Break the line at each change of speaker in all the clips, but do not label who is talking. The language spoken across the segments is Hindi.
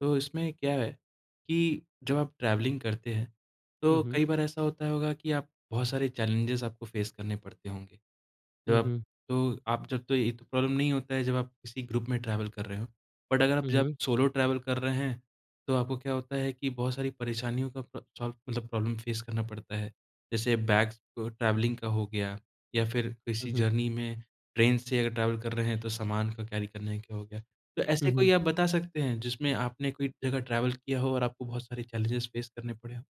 तो इसमें क्या है कि जब आप ट्रैवलिंग करते हैं,
हुँ,
तो
हुँ।
कई बार ऐसा होता होगा कि आप बहुत सारे चैलेंजेस आपको फेस करने पड़ते होंगे। जब
हुँ,
आप
हुँ।
तो आप जब तो ये तो प्रॉब्लम नहीं होता है जब आप किसी ग्रुप में ट्रैवल कर रहे हो। बट अगर आप
हुँ,
जब
हुँ।
सोलो ट्रैवल कर रहे हैं, तो आपको क्या होता है कि बहुत सारी परेशानियों का प्र सॉल्व मतलब प्रॉब्लम फेस करना पड़ता है। जैसे बैग्स को ट्रैवलिंग का हो गया या फिर
हुँ,
किसी
हुँ।
जर्नी में ट्रेन से अगर ट्रैवल कर रहे हैं तो सामान का कैरी करने का हो गया। तो
हुँ,
ऐसे
हुँ।
कोई आप बता सकते हैं जिसमें आपने कोई जगह ट्रैवल किया हो और आपको बहुत सारे चैलेंजेस फेस करने पड़े हों?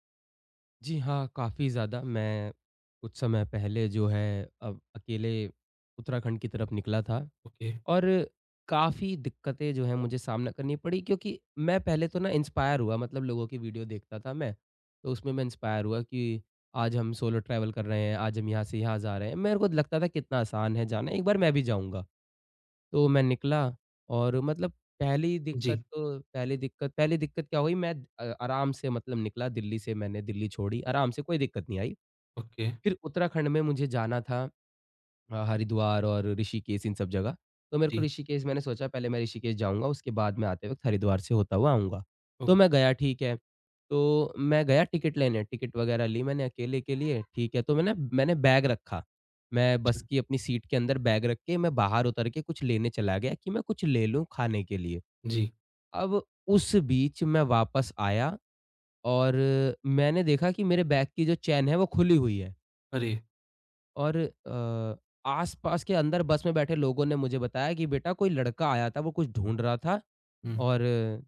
जी हाँ, काफ़ी ज़्यादा। मैं कुछ समय पहले जो है अब अकेले उत्तराखंड की तरफ निकला था
ओके।
और काफ़ी दिक्कतें जो हैं मुझे सामना करनी पड़ी क्योंकि मैं पहले तो ना इंस्पायर हुआ मतलब लोगों की वीडियो देखता था मैं, तो उसमें मैं इंस्पायर हुआ कि आज हम सोलो ट्रैवल कर रहे हैं, आज हम यहाँ से यहाँ जा रहे हैं। मेरे को लगता था कितना आसान है जाना, एक बार मैं भी जाऊँगा। तो मैं निकला और मतलब पहली दिक्कत
जी।
तो पहली दिक्कत क्या हुई आराम से मतलब निकला दिल्ली से मैंने दिल्ली छोड़ी, आराम से कोई दिक्कत नहीं आई।
ओके।
फिर उत्तराखंड में मुझे जाना था। हरिद्वार और ऋषिकेश इन सब जगह। तो मेरे को
जी।
ऋषिकेश मैंने सोचा पहले मैं ऋषिकेश जाऊँगा, उसके बाद मैं आते वक़्त हरिद्वार से होता हुआ आऊँगा।
ओह!
तो मैं गया ठीक है, तो मैं गया टिकट लेने, टिकट वग़ैरह ली मैंने अकेले के लिए ठीक है, तो मैंने मैंने बैग रखा। मैं बस
अच्छा।
की अपनी सीट के अंदर बैग रख के मैं बाहर उतर के कुछ लेने चला गया कि मैं कुछ ले लूँ खाने के लिए।
जी।
अब उस बीच मैं वापस आया और मैंने देखा कि मेरे बैग की जो चेन है वो खुली हुई है।
अरे!
और आस-पास के अंदर बस में बैठे लोगों ने मुझे बताया कि बेटा कोई लड़का आया था, वो कुछ ढूँढ रहा था
हुँ।
और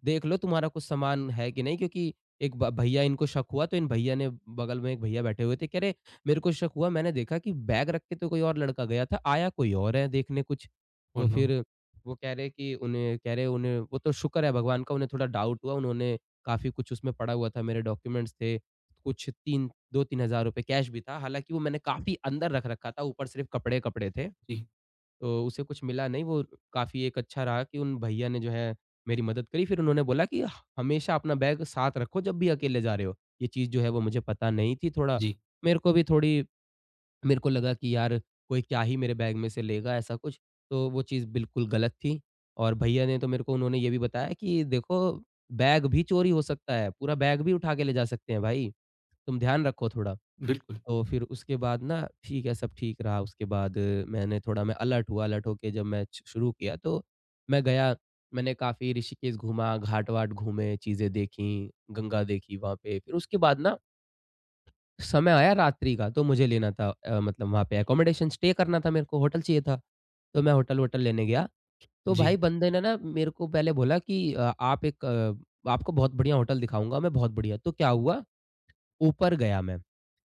देख लो तुम्हारा कुछ सामान है कि नहीं क्योंकि एक ब भैया इनको शक हुआ तो इन भैया ने बगल में एक भैया बैठे हुए थे कह रहे मेरे को शक हुआ मैंने देखा कि बैग रख के तो कोई और लड़का गया था आया कोई और है देखने कुछ
ओह
तो
नो!
फिर वो कह रहे कि उन्हें कह रहे उन्हें वो तो शुक्र है भगवान का उन्हें थोड़ा डाउट हुआ उन्होंने काफ़ी कुछ उसमें पड़ा हुआ था मेरे डॉक्यूमेंट्स थे कुछ 3 2-3 हज़ार रुपए कैश भी था हालाँकि वो मैंने काफ़ी अंदर रख रखा था ऊपर सिर्फ़ कपड़े-कपड़े थे।
जी,
तो उसे कुछ मिला नहीं, वो काफ़ी एक अच्छा रहा कि उन भैया ने जो है मेरी मदद करी। फिर उन्होंने बोला कि हमेशा अपना बैग साथ रखो जब भी अकेले जा रहे हो। ये चीज़ जो है वो मुझे पता नहीं थी थोड़ा
जी,
मेरे को भी थोड़ी मेरे को लगा कि यार कोई क्या ही मेरे बैग में से लेगा ऐसा कुछ, तो वो चीज़ बिल्कुल गलत थी। और भैया ने तो मेरे को उन्होंने ये भी बताया कि देखो बैग भी चोरी हो सकता है, पूरा बैग भी उठा के ले जा सकते हैं भाई। तुम ध्यान रखो थोड़ा।
बिल्कुल,
तो फिर उसके बाद ना ठीक है, सब ठीक रहा उसके बाद मैंने थोड़ा मैं अलर्ट हुआ, अलर्ट होके जब मैं च शुरू किया तो मैं गया, मैंने काफ़ी ऋषिकेश घूमा, घाट-वाट घूमे, चीज़ें देखी, गंगा देखी वहाँ पे। फिर उसके बाद ना समय आया रात्रि का तो मुझे लेना था मतलब वहाँ पे अकोमोडेशन स्टे करना था मेरे को, होटल चाहिए था। तो मैं होटल-वोटल लेने गया, तो
जी,
भाई बंदे ने ना मेरे को पहले बोला कि आपको बहुत बढ़िया होटल दिखाऊँगा मैं, बहुत बढ़िया। तो क्या हुआ, ऊपर गया मैं।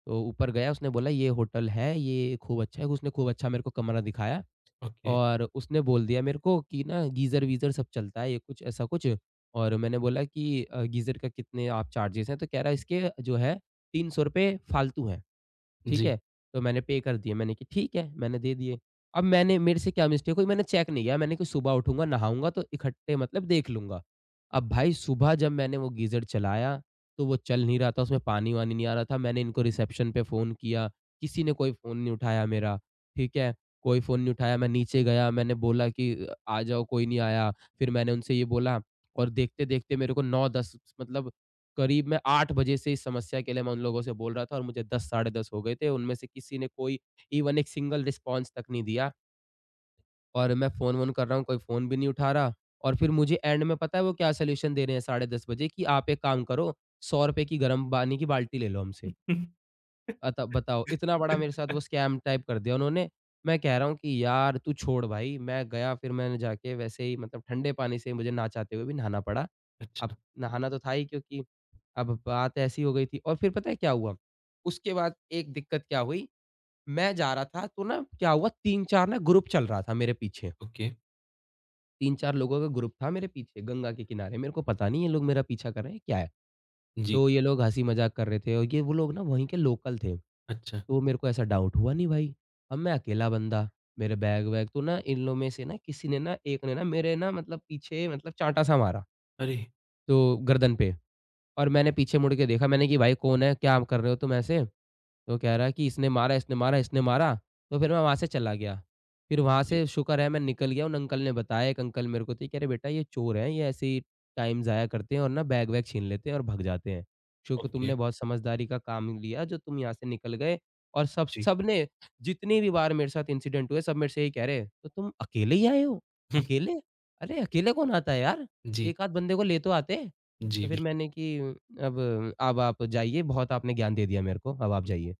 तो ऊपर गया उसने बोला ये होटल है, ये खूब अच्छा है, उसने खूब अच्छा मेरे को कमरा दिखाया
ओके,
और उसने बोल दिया मेरे को कि ना गीज़र-वीज़र सब चलता है, ये कुछ ऐसा कुछ और मैंने बोला कि गीज़र का कितने आप चार्जेज़ हैं? तो कह रहा है इसके जो है ₹300 फालतू हैं। ठीक
जी।
है, तो मैंने पे कर दिए, मैंने कि ठीक है, मैंने दे दिए। अब मैंने मेरे से क्या मिस्टेक हुई मैंने चेक नहीं किया, मैंने कि सुबह उठूँगा, नहाऊँगा तो इकट्ठे मतलब देख लूँगा। अब भाई सुबह जब मैंने वो गीज़र चलाया, तो वो चल नहीं रहा था, उसमें पानी-वानी नहीं आ रहा था, मैंने इनको रिसेप्शन पे फ़ोन किया, किसी ने कोई फ़ोन नहीं उठाया मेरा, ठीक है? कोई फ़ोन नहीं उठाया, मैं नीचे गया, मैंने बोला कि आ जाओ, कोई नहीं आया, फिर मैंने उनसे ये बोला और देखते-देखते मेरे को 9-10 मतलब करीब मैं 8 बजे से इस समस्या के लिए मैं उन लोगों से बोल रहा था और मुझे 10 साढ़े 10 हो गए थे। उनमें से किसी ने कोई इवन एक सिंगल रिस्पॉन्स तक नहीं दिया और मैं फ़ोन-वोन कर रहा हूँ, कोई फ़ोन भी नहीं उठा रहा और फिर मुझे एंड में पता है वो क्या सॉल्यूशन दे रहे हैं साढ़े 10 बजे कि आप एक काम करो, ₹100 की गर्म पानी की बाल्टी ले लो हमसे। अत बताओ इतना बड़ा मेरे साथ वो स्कैम टाइप कर दिया उन्होंने। मैं कह रहा हूँ कि यार तू छोड़ भाई, मैं गया फिर मैंने जाके वैसे ही मतलब ठंडे पानी से मुझे ना चाहते हुए भी नहाना पड़ा। अब
अच्छा,
नहाना तो था ही क्योंकि अब बात ऐसी हो गई थी और फिर पता है क्या हुआ? उसके बाद एक दिक्कत क्या हुई, मैं जा रहा था तो ना क्या हुआ 3-4 ना ग्रुप चल रहा था मेरे पीछे।
ओके,
3-4 लोगों का ग्रुप था मेरे पीछे गंगा के किनारे। मेरे को पता नहीं ये लोग मेरा पीछा कर रहे हैं, क्या है?
जी,
तो ये लोग हँसी मज़ाक कर रहे थे और ये वो लोग ना वहीं के लोकल थे।
अच्छा,
तो मेरे को ऐसा डाउट हुआ नहीं भाई, अब मैं अकेला बंदा, मेरे बैग-वैग तो ना इन लोग में से ना किसी ने ना एक ने ना मेरे ना मतलब पीछे मतलब चाँटा-सा मारा,
अरे!
तो गर्दन पे। और मैंने पीछे मुड़ के देखा मैंने कि भाई कौन है? क्या कर रहे हो तुम ऐसे? तो कह रहा है कि इसने मारा, इसने मारा, इसने मारा। तो फिर मैं वहाँ से चला गया। फिर वहाँ
जी,
से शुक्र है मैं निकल गया उन अंकल ने बताया एक अंकल मेरे को थे कि अरे बेटा ये चोर हैं, ये ऐसे ही टाइम ज़ाया करते हैं और ना बैग वैग छीन लेते हैं और भग जाते हैं। शुक्र
ओके,
तुमने बहुत समझदारी का काम लिया जो तुम यहाँ से निकल गए और सब
जी,
सबने जितनी भी बार मेरे साथ इंसिडेंट हुए सब मेरे से यही कह रहे हैं, "तो तुम अकेले ही आए हो? अकेले? अरे अकेले कौन आता है यार?
जी,
1 आध बंदे को ले तो आते।"
जी,
तो फिर
बिल्कुल,
मैंने कि अब आप जाइए, बहुत आपने ज्ञान दे दिया मेरे को, अब आप जाइए।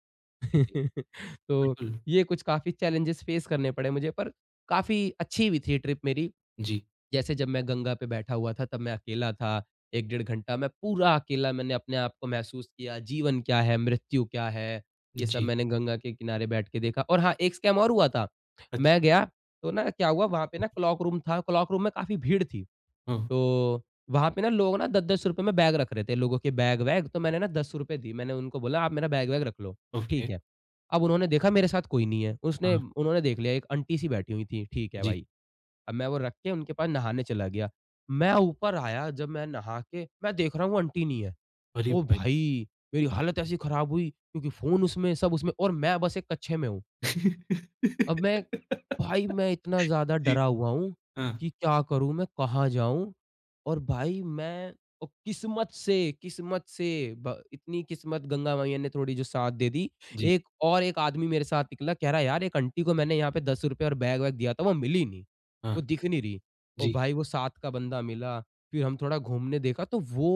जी,
तो
बिल्कुल,
ये कुछ काफ़ी चैलेंजेस फेस करने पड़े मुझे पर काफ़ी अच्छी भी थी ट्रिप मेरी।
जी,
जैसे जब मैं गंगा पे बैठा हुआ था, तब मैं अकेला था, 1 डेढ़ घंटा मैं पूरा अकेला मैंने अपने आप को महसूस किया, जीवन क्या है, मृत्यु क्या है, ये सब
जी,
मैंने गंगा के किनारे बैठ के देखा। और हाँ, एक स्कैम और हुआ था, मैं
अच्छा,
गया तो ना क्या हुआ वहाँ पे ना क्लॉक रूम था, क्लॉक रूम में काफ़ी भीड़ थी।
हाँ,
तो वहाँ पे ना लोग ना 10-10 रुपए में बैग रख रहे थे, लोगों के बैग-वैग तो मैंने ना ₹10 दी। मैंने उनको बोला आप मेरा बैग-वैग रख लो, ठीक
ओके,
है। अब उन्होंने देखा मेरे साथ कोई नहीं है, उसने
हाँ,
उन्होंने देख लिया एक आंटी सी बैठी हुई थी, ठीक है
जी,
भाई। अब मैं वो रख के उनके पास नहाने चला गया। मैं ऊपर आया जब मैं नहा के मैं देख रहा हूँ वो आंटी नहीं है।
अरे
ओ
भाई!
भाई! मेरी हालत ऐसी खराब हुई क्योंकि फ़ोन उसमें, सब उसमें और मैं बस एक कच्छे में हूँ। अब मैं भाई मैं इतना ज़्यादा
जी,
डरा हुआ हूँ
हाँ,
कि क्या करूँ मैं, कहाँ जाऊँ? और भाई, मैं ओ किस्मत से ब इतनी किस्मत गंगा मैया ने थोड़ी जो साथ दे दी।
जी,
एक और एक आदमी मेरे साथ निकला, कह रहा है, "यार, एक आंटी को मैंने यहाँ पे ₹10 और बैग-वैग दिया था, वो मिली नहीं,
हाँ,
वो दिख नहीं रही।" ओ
जी,
भाई, वो साथ का बंदा मिला। फिर हम थोड़ा घूमने देखा तो वो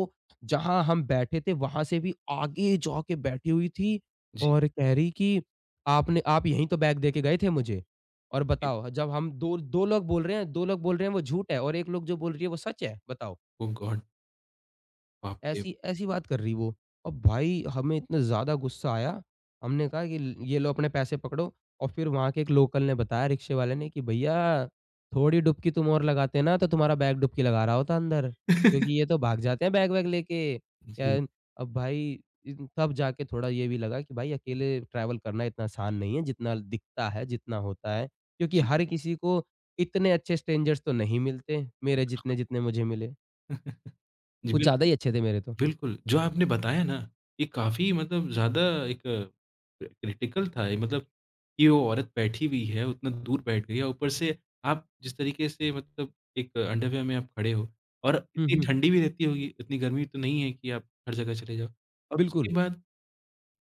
जहाँ हम बैठे थे, वहाँ से भी आगे जाके बैठी हुई थी
जी,
और कह रही कि, "आपने आप यहीं तो बैग दे के गए थे मुझे। और
जी,
बताओ, जब हम 2 2 लोग बोल रहे हैं, 2 लोग बोल रहे हैं वो झूठ है और 1 लोग जो बोल रही है वो सच है, बताओ।"
Oh God! बाप रे!
ऐसी ऐसी बात कर रही वो। और भाई, हमें इतना ज़्यादा गुस्सा आया, हमने कहा कि ल ये लो, अपने पैसे पकड़ो। और फिर वहाँ के एक लोकल ने बताया, रिक्शे वाले ने, कि भैया, थोड़ी डुबकी तुम और लगाते ना तो तुम्हारा बैग डुबकी लगा रहा होता अंदर, क्योंकि ये तो भाग जाते हैं बैग वैग लेके।
जी,
एन अब भाई, इन तब जाके थोड़ा ये भी लगा कि भाई, अकेले ट्रैवल करना इतना आसान नहीं है जितना दिखता है, जितना होता है। क्योंकि
जी,
हर किसी को इतने अच्छे स्ट्रेंजर्स तो नहीं मिलते, मेरे
बिल्कुल,
जितने-जितने मुझे मिले।
जी,
कुछ ज़्यादा
बिल्कुल।
ही अच्छे थे मेरे तो।
बिल्कुल, जो आपने बताया ना, ये काफ़ी मतलब ज़्यादा एक क्रिटिकल था ये मतलब कि वो औरत बैठी हुई है, उतना दूर बैठ गई है, ऊपर से आप जिस तरीके से मतलब एक अंडरवियर में आप खड़े हो और
हुँ,
इतनी
हुँ।
ठंडी भी रहती होगी, इतनी गर्मी तो नहीं है कि आप हर जगह चले जाओ और
बिल्कुल।
उसके बाद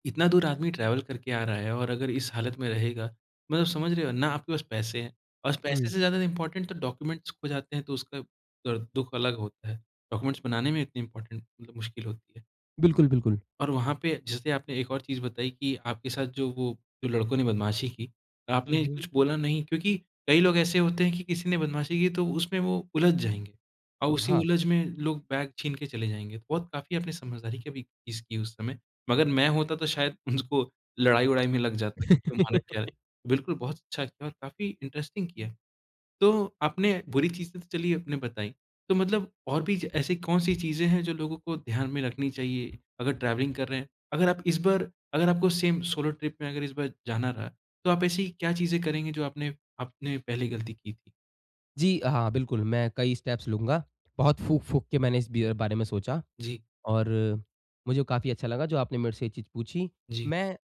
इतना दूर आदमी ट्रैवल करके आ रहा है और अगर इस हालत में रहेगा, मतलब समझ रहे हो ना आपके पास पैसे हैं और पैसे
हुँ।
से ज़्यादा इम्पोर्टेंट तो डॉक्यूमेंट्स खो जाते हैं, तो उसका दर्द दुःख अलग होता है। डॉक्यूमेंट्स बनाने में इतनी इम्पोर्टेंट मतलब मुश्किल होती है।
बिल्कुल, बिल्कुल।
और वहाँ पे जैसे आपने एक और चीज़ बताई कि आपके साथ जो वो जो लड़कों ने बदमाशी की, तो
हुँ,
आपने
हुँ।
कुछ बोला नहीं क्योंकि कई लोग ऐसे होते हैं कि किसी ने बदमाशी की तो उसमें वो उलझ जाएँगे और उसी
हाँ।
उलझ में लोग बैग छीन के चले जाएँगे। तो बहुत काफ़ी आपने समझदारी की भी चीज़ की उस समय। मगर मैं होता तो शायद उनको लड़ाई-वड़ाई में लग जाता कि तुम्हारा क्या बिल्कुल बहुत अच्छा किया और काफ़ी इंटरेस्टिंग किया। तो आपने बुरी चीज़ें तो चलिए आपने बताई, तो मतलब और भी ज ऐसी कौन-सी चीज़ें हैं जो लोगों को ध्यान में रखनी चाहिए अगर ट्रैवलिंग कर रहे हैं? अगर आप इस बार अगर आपको सेम सोलो ट्रिप में अगर इस बार जाना रहा, तो आप ऐसी क्या चीज़ें करेंगे जो आपने आपने पहले गलती की थी?
जी, हाँ, बिल्कुल, मैं कई स्टेप्स लूँगा। बहुत फूँक-फूँक के मैंने इस बियर बारे में सोचा।
जी।
और मुझे काफ़ी अच्छा लगा जो आपने मेरे से ये चीज़ पूछी।
जी,
मैं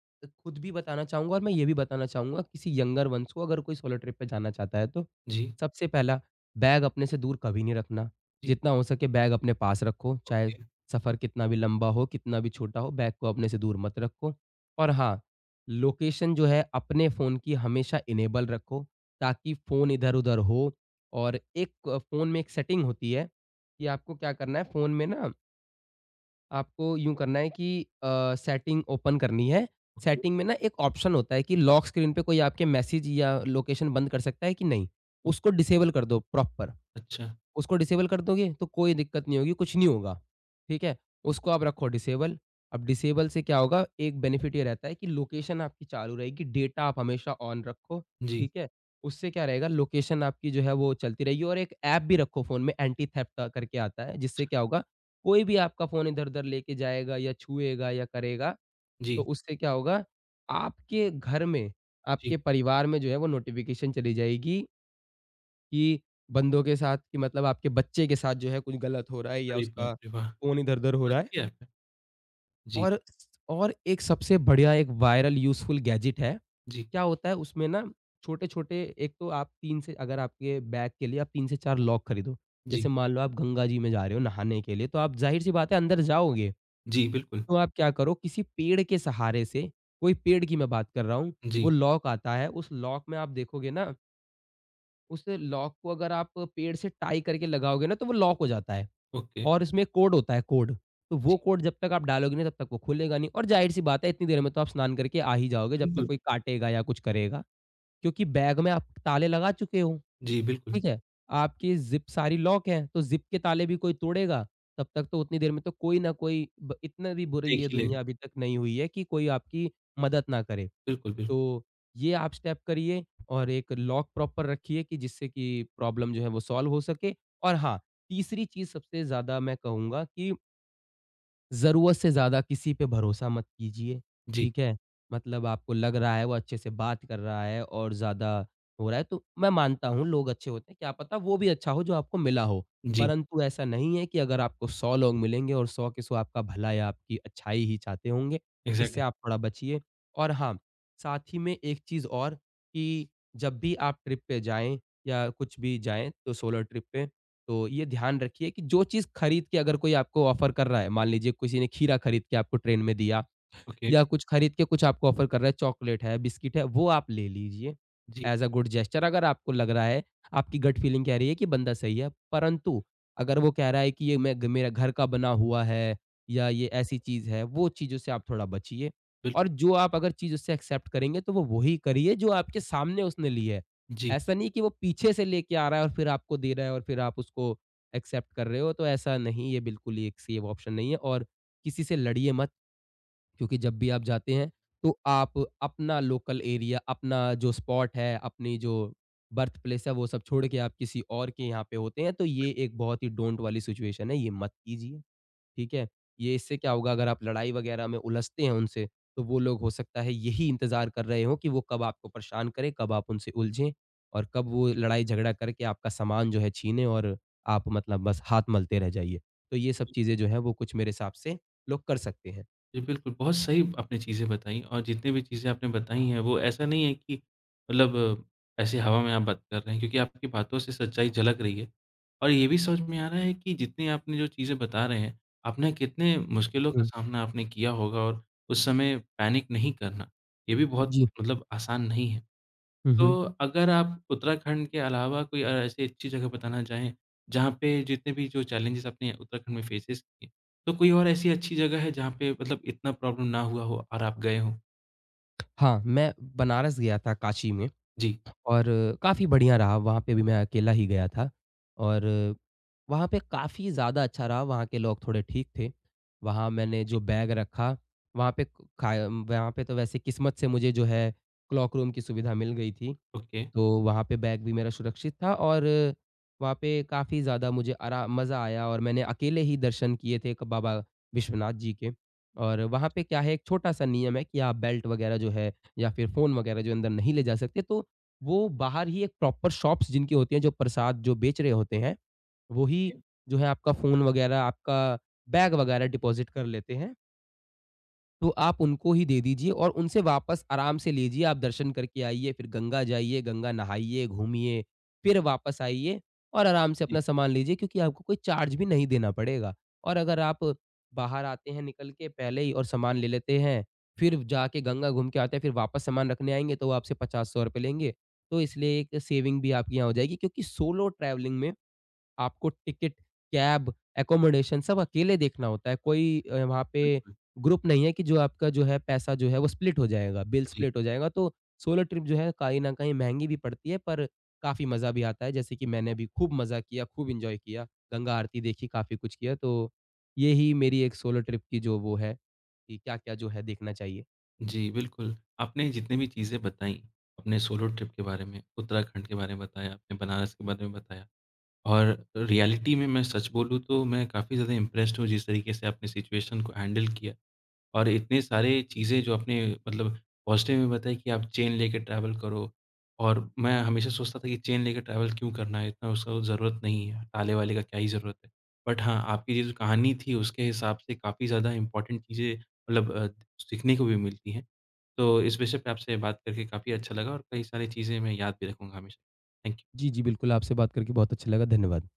खुद भी बताना चाहूँगा और मैं ये भी बताना चाहूँगा किसी यंगर वन्स को, अगर कोई सोलो ट्रिप पे जाना चाहता है तो,
जी,
सबसे पहला, बैग अपने से दूर कभी नहीं रखना।
जी।
जितना हो सके बैग अपने पास रखो, चाहे
ओके,
सफ़र कितना भी लंबा हो, कितना भी छोटा हो, बैग को अपने से दूर मत रखो। और हाँ, लोकेशन जो है अपने फ़ोन की हमेशा इनेबल रखो, ताकि फ़ोन इधर-उधर हो। और एक फ़ोन में एक सेटिंग होती है कि आपको क्या करना है फ़ोन में ना, आपको यूँ करना है कि सेटिंग ओपन करनी है।
ओके,
सेटिंग में ना एक ऑप्शन होता है कि लॉक स्क्रीन पे कोई आपके मैसेज या लोकेशन बंद कर सकता है कि नहीं,
ओ
उसको डिसेबल कर दो प्रॉपर।
अच्छा।
उसको डिसेबल कर दोगे तो कोई दिक्कत नहीं होगी, कुछ नहीं होगा, ठीक है? उसको आप रखो डिसेबल। अब डिसेबल से क्या होगा, एक बेनिफिट ये रहता है कि लोकेशन आपकी चालू रहेगी। डेटा आप हमेशा ऑन रखो,
जी,
ठीक है? उससे क्या रहेगा, लोकेशन आपकी जो है वो चलती रहेगी। और एक ऐप भी रखो फ़ोन में, एंटी थेफ्ट का करके आता है, जिससे
अच्छा।
क्या होगा, कोई भी आपका फ़ोन इधर-उधर लेके जाएगा या छुएगा या करेगा, तो
जी,
उससे क्या होगा, आपके घर में,
जी।
आपके परिवार में जो है वो नोटिफ़िकेशन चली जाएगी कि बंदों के साथ, कि मतलब आपके बच्चे के साथ जो है कुछ गलत हो रहा है या
अरे बाप
उसका
रे वाह!
फ़ोन इधर-उधर हो
बहुत
रहा है।
अच्छी ऐप है। जी,
और और एक सबसे बढ़िया, एक वायरल यूज़फुल गैजेट है।
जी,
क्या होता है उसमें ना, छोटे-छोटे, एक तो आप 3 से, अगर आपके बैग के लिए आप 3 से 4 लॉक खरीदो।
जी,
जैसे मान लो आप गंगा जी में जा रहे हो नहाने के लिए, तो आप ज़ाहिर-सी बात है अंदर जाओगे।
जी, बिल्कुल।
तो आप क्या करो, किसी पेड़ के सहारे से, कोई पेड़ की मैं बात कर रहा हूँ, वो
जी।
लॉक आता है, उस लॉक में आप देखोगे ना, उस लॉक को अगर आप पेड़ से टाई करके लगाओगे ना, तो वो लॉक हो जाता है।
ओके।
और इसमें कोड होता है, कोड। तो
जी,
वो कोड जब तक आप डालोगे ना, तब तक वो खुलेगा नहीं। और ज़ाहिर-सी बात है इतनी देर में तो आप स्नान करके आ ही जाओगे, जब तक
बिल्कुल,
कोई
बिल्कुल।
काटेगा या कुछ करेगा। क्योंकि बैग में आप ताले लगा चुके हो,
जी, बिल्कुल।
ठीक है? आपकी ज़िप सारी लॉक है, तो ज़िप के ताले भी कोई तोड़ेगा, तब तक तो, उतनी देर में तो, कोई ना कोई, ब इतना भी बुरी
देख
ये
ही लेगा।
दुनिया अभी तक नहीं हुई है कि कोई आपकी मदद ना करे।
बिल्कुल, बिल्कुल।
तो ये आप स्टेप करिए और एक लॉक प्रॉपर रखिए कि जिससे कि प्रॉब्लम जो है वो सॉल्व हो सके। और हाँ, तीसरी चीज़ सबसे ज़्यादा मैं कहूँगा कि ज़रूरत से ज़्यादा किसी पे भरोसा मत कीजिए,
जी,
ठीक है? मतलब आपको लग रहा है वो अच्छे से बात कर रहा है और ज़्यादा हो रहा है, तो मैं मानता हूँ लोग अच्छे होते हैं, क्या पता वो भी अच्छा हो जो आपको मिला हो।
जी,
परंतु ऐसा नहीं है कि अगर आपको 100 लोग मिलेंगे और 100 के 100 आपका भला या आपकी अच्छाई ही चाहते होंगे, इससे
एग्ज़ैक्टली।
आप थोड़ा बचिए। और हाँ, साथ ही में एक चीज़ और, कि जब भी आप ट्रिप पे जाएँ या कुछ भी जाएँ, तो सोलो ट्रिप पे तो ये ध्यान रखिए कि जो चीज़ खरीद के अगर कोई आपको ऑफ़र कर रहा है, मान लीजिए किसी ने खीरा खरीद के आपको ट्रेन में दिया,
ओके,
या कुछ खरीद के कुछ आपको ऑफ़र कर रहा है, चॉकलेट है, बिस्किट है, वो आप ले लीजिए
जी,
एज़ अ गुड जेस्चर, अगर आपको लग रहा है, आपकी गट फीलिंग कह रही है कि बंदा सही है। परंतु अगर वो कह रहा है कि ये मैं ग मेरा घर का बना हुआ है या ये ऐसी चीज़ है, वो चीज़ों से आप थोड़ा बचिए।
बिल
और जो आप अगर चीज़ उससे एक्सेप्ट करेंगे, तो वो वही करिए जो आपके सामने उसने ली है।
जी,
ऐसा नहीं कि वो पीछे से लेके आ रहा है और फिर आपको दे रहा है और फिर आप उसको एक्सेप्ट कर रहे हो, तो ऐसा नहीं, ये बिल्कुल ही एक सेफ ऑप्शन नहीं है। और किसी से लड़िए मत। क्योंकि जब भी आप जाते हैं, तो आप अपना लोकल एरिया, अपना जो स्पॉट है, अपनी जो बर्थ प्लेस है, वो सब छोड़ के आप किसी और के यहाँ पे होते हैं, तो ये एक बहुत ही डोंट वाली सिचुएशन है, ये मत कीजिए, ठीक है? ये इससे क्या होगा, अगर आप लड़ाई वगैरह में उलझते हैं उनसे, तो वो लोग हो सकता है यही इंतज़ार कर रहे हों कि वो कब आपको परेशान करें, कब आप उनसे उलझें और कब वो लड़ाई झगड़ा करके आपका सामान जो है छीनें और आप मतलब बस हाथ मलते रह जाइए। तो ये सब चीज़ें जो हैं, वो कुछ मेरे हिसाब से लोग कर सकते हैं।
जी, बिल्कुल, बहुत सही आपने चीज़ें बताई और जितनी भी चीज़ें आपने बताई हैं, वो ऐसा नहीं है कि मतलब ऐसे हवा में आप बात कर रहे हैं क्योंकि आपकी बातों से सच्चाई झलक रही है। और ये भी समझ में आ रहा है कि जितनी आपने जो चीज़ें बता रहे हैं, आपने कितने मुश्किलों का
हुँ।
सामना आपने किया होगा और उस समय पैनिक नहीं करना, ये भी बहुत
जी।
मतलब आसान नहीं है।
हुँ,
तो
हुँ।
अगर आप उत्तराखंड के अलावा कोई ऐसी अच्छी जगह बताना चाहें, जहाँ पे जितने भी जो चैलेंजेज़ आपने उत्तराखंड में फेसेस किए, तो कोई और ऐसी अच्छी जगह है जहाँ पे मतलब इतना प्रॉब्लम ना हुआ हो और आप गए हों?
हाँ, मैं बनारस गया था, काशी में।
जी,
और काफ़ी बढ़िया रहा, वहाँ पे भी मैं अकेला ही गया था और वहाँ पे काफ़ी ज़्यादा अच्छा रहा, वहाँ के लोग थोड़े ठीक थे। वहाँ मैंने जो बैग रखा, वहाँ पे क खाया वहाँ पे, तो वैसे किस्मत से मुझे जो है क्लॉक रूम की सुविधा मिल गई थी।
ओके,
तो वहाँ पे बैग भी मेरा सुरक्षित था और वहाँ पे काफ़ी ज़्यादा मुझे आरा मज़ा आया और मैंने अकेले ही दर्शन किए थे क बाबा विश्वनाथ जी के। और वहाँ पे क्या है, एक छोटा-सा नियम है कि आप बेल्ट वग़ैरह जो है या फिर फ़ोन वग़ैरह जो अंदर नहीं ले जा सकते, तो वो बाहर ही एक प्रॉपर शॉप्स जिनकी होती हैं, जो प्रसाद जो बेच रहे होते हैं, वो
ओके,
ही जो है आपका फ़ोन वग़ैरह, आपका बैग वग़ैरह डिपॉज़िट कर लेते हैं। तो आप उनको ही दे दीजिए और उनसे वापस आराम से लीजिए, आप दर्शन करके आइए, फिर गंगा जाइए, गंगा नहाइए, घूमिए, फिर वापस आइए और आराम से
जी,
अपना सामान लीजिए, क्योंकि आपको कोई चार्ज भी नहीं देना पड़ेगा। और अगर आप बाहर आते हैं निकल के पहले ही और सामान ले लेते हैं, फिर जाके गंगा घूम के आते हैं, फिर वापस सामान रखने आएँगे, तो वो आपसे ₹50-100 लेंगे। तो इसलिए एक सेविंग भी आपकी यहाँ हो जाएगी, क्योंकि सोलो ट्रैवलिंग में आपको टिकट, कैब, अकोमोडेशन सब अकेले देखना होता है। कोई वहाँ पे
बिल्कुल,
ग्रुप नहीं है कि जो आपका जो है पैसा जो है वो स्प्लिट हो जाएगा, बिल
जी।
स्प्लिट हो जाएगा। तो सोलो ट्रिप जो है कहीं न कहीं महँगी भी पड़ती है, पर काफ़ी मज़ा भी आता है। जैसे कि मैंने भी खूब मज़ा किया, खूब एन्जॉय किया, गंगा आरती देखी, काफ़ी कुछ किया। तो यही मेरी एक सोलो ट्रिप की जो वो है कि क्या-क्या जो है देखना चाहिए।
जी, बिल्कुल, आपने जितनी भी चीज़ें बताई, अपने सोलो ट्रिप के बारे में, उत्तराखंड के बारे में बताया, आपने बनारस के बारे में बताया और रियलिटी में मैं सच बोलूँ तो मैं काफ़ी ज़्यादा इम्प्रेस्ड हूँ जिस तरीके से आपने सिचुएशन को हैंडल किया। और इतने सारे चीज़ें जो आपने मतलब पॉज़िटिव में बताई कि आप चेन लेके ट्रैवल करो और मैं हमेशा सोचता था कि चेन लेके ट्रैवल क्यों करना है, इतना उसका तो ज़रूरत नहीं है, ताले-वाले का क्या ही ज़रूरत है। बट हाँ, आपकी ये जो कहानी थी उसके हिसाब से काफ़ी ज़्यादा इम्पोर्टेंट चीज़ें मतलब सीखने को भी मिलती हैं। तो इस विषय पे आपसे बात करके काफ़ी अच्छा लगा और कई सारी चीज़ें मैं याद भी रखूँगा हमेशा। Thank you.
जी, जी बिल्कुल, आपसे बात करके बहुत अच्छा लगा। धन्यवाद।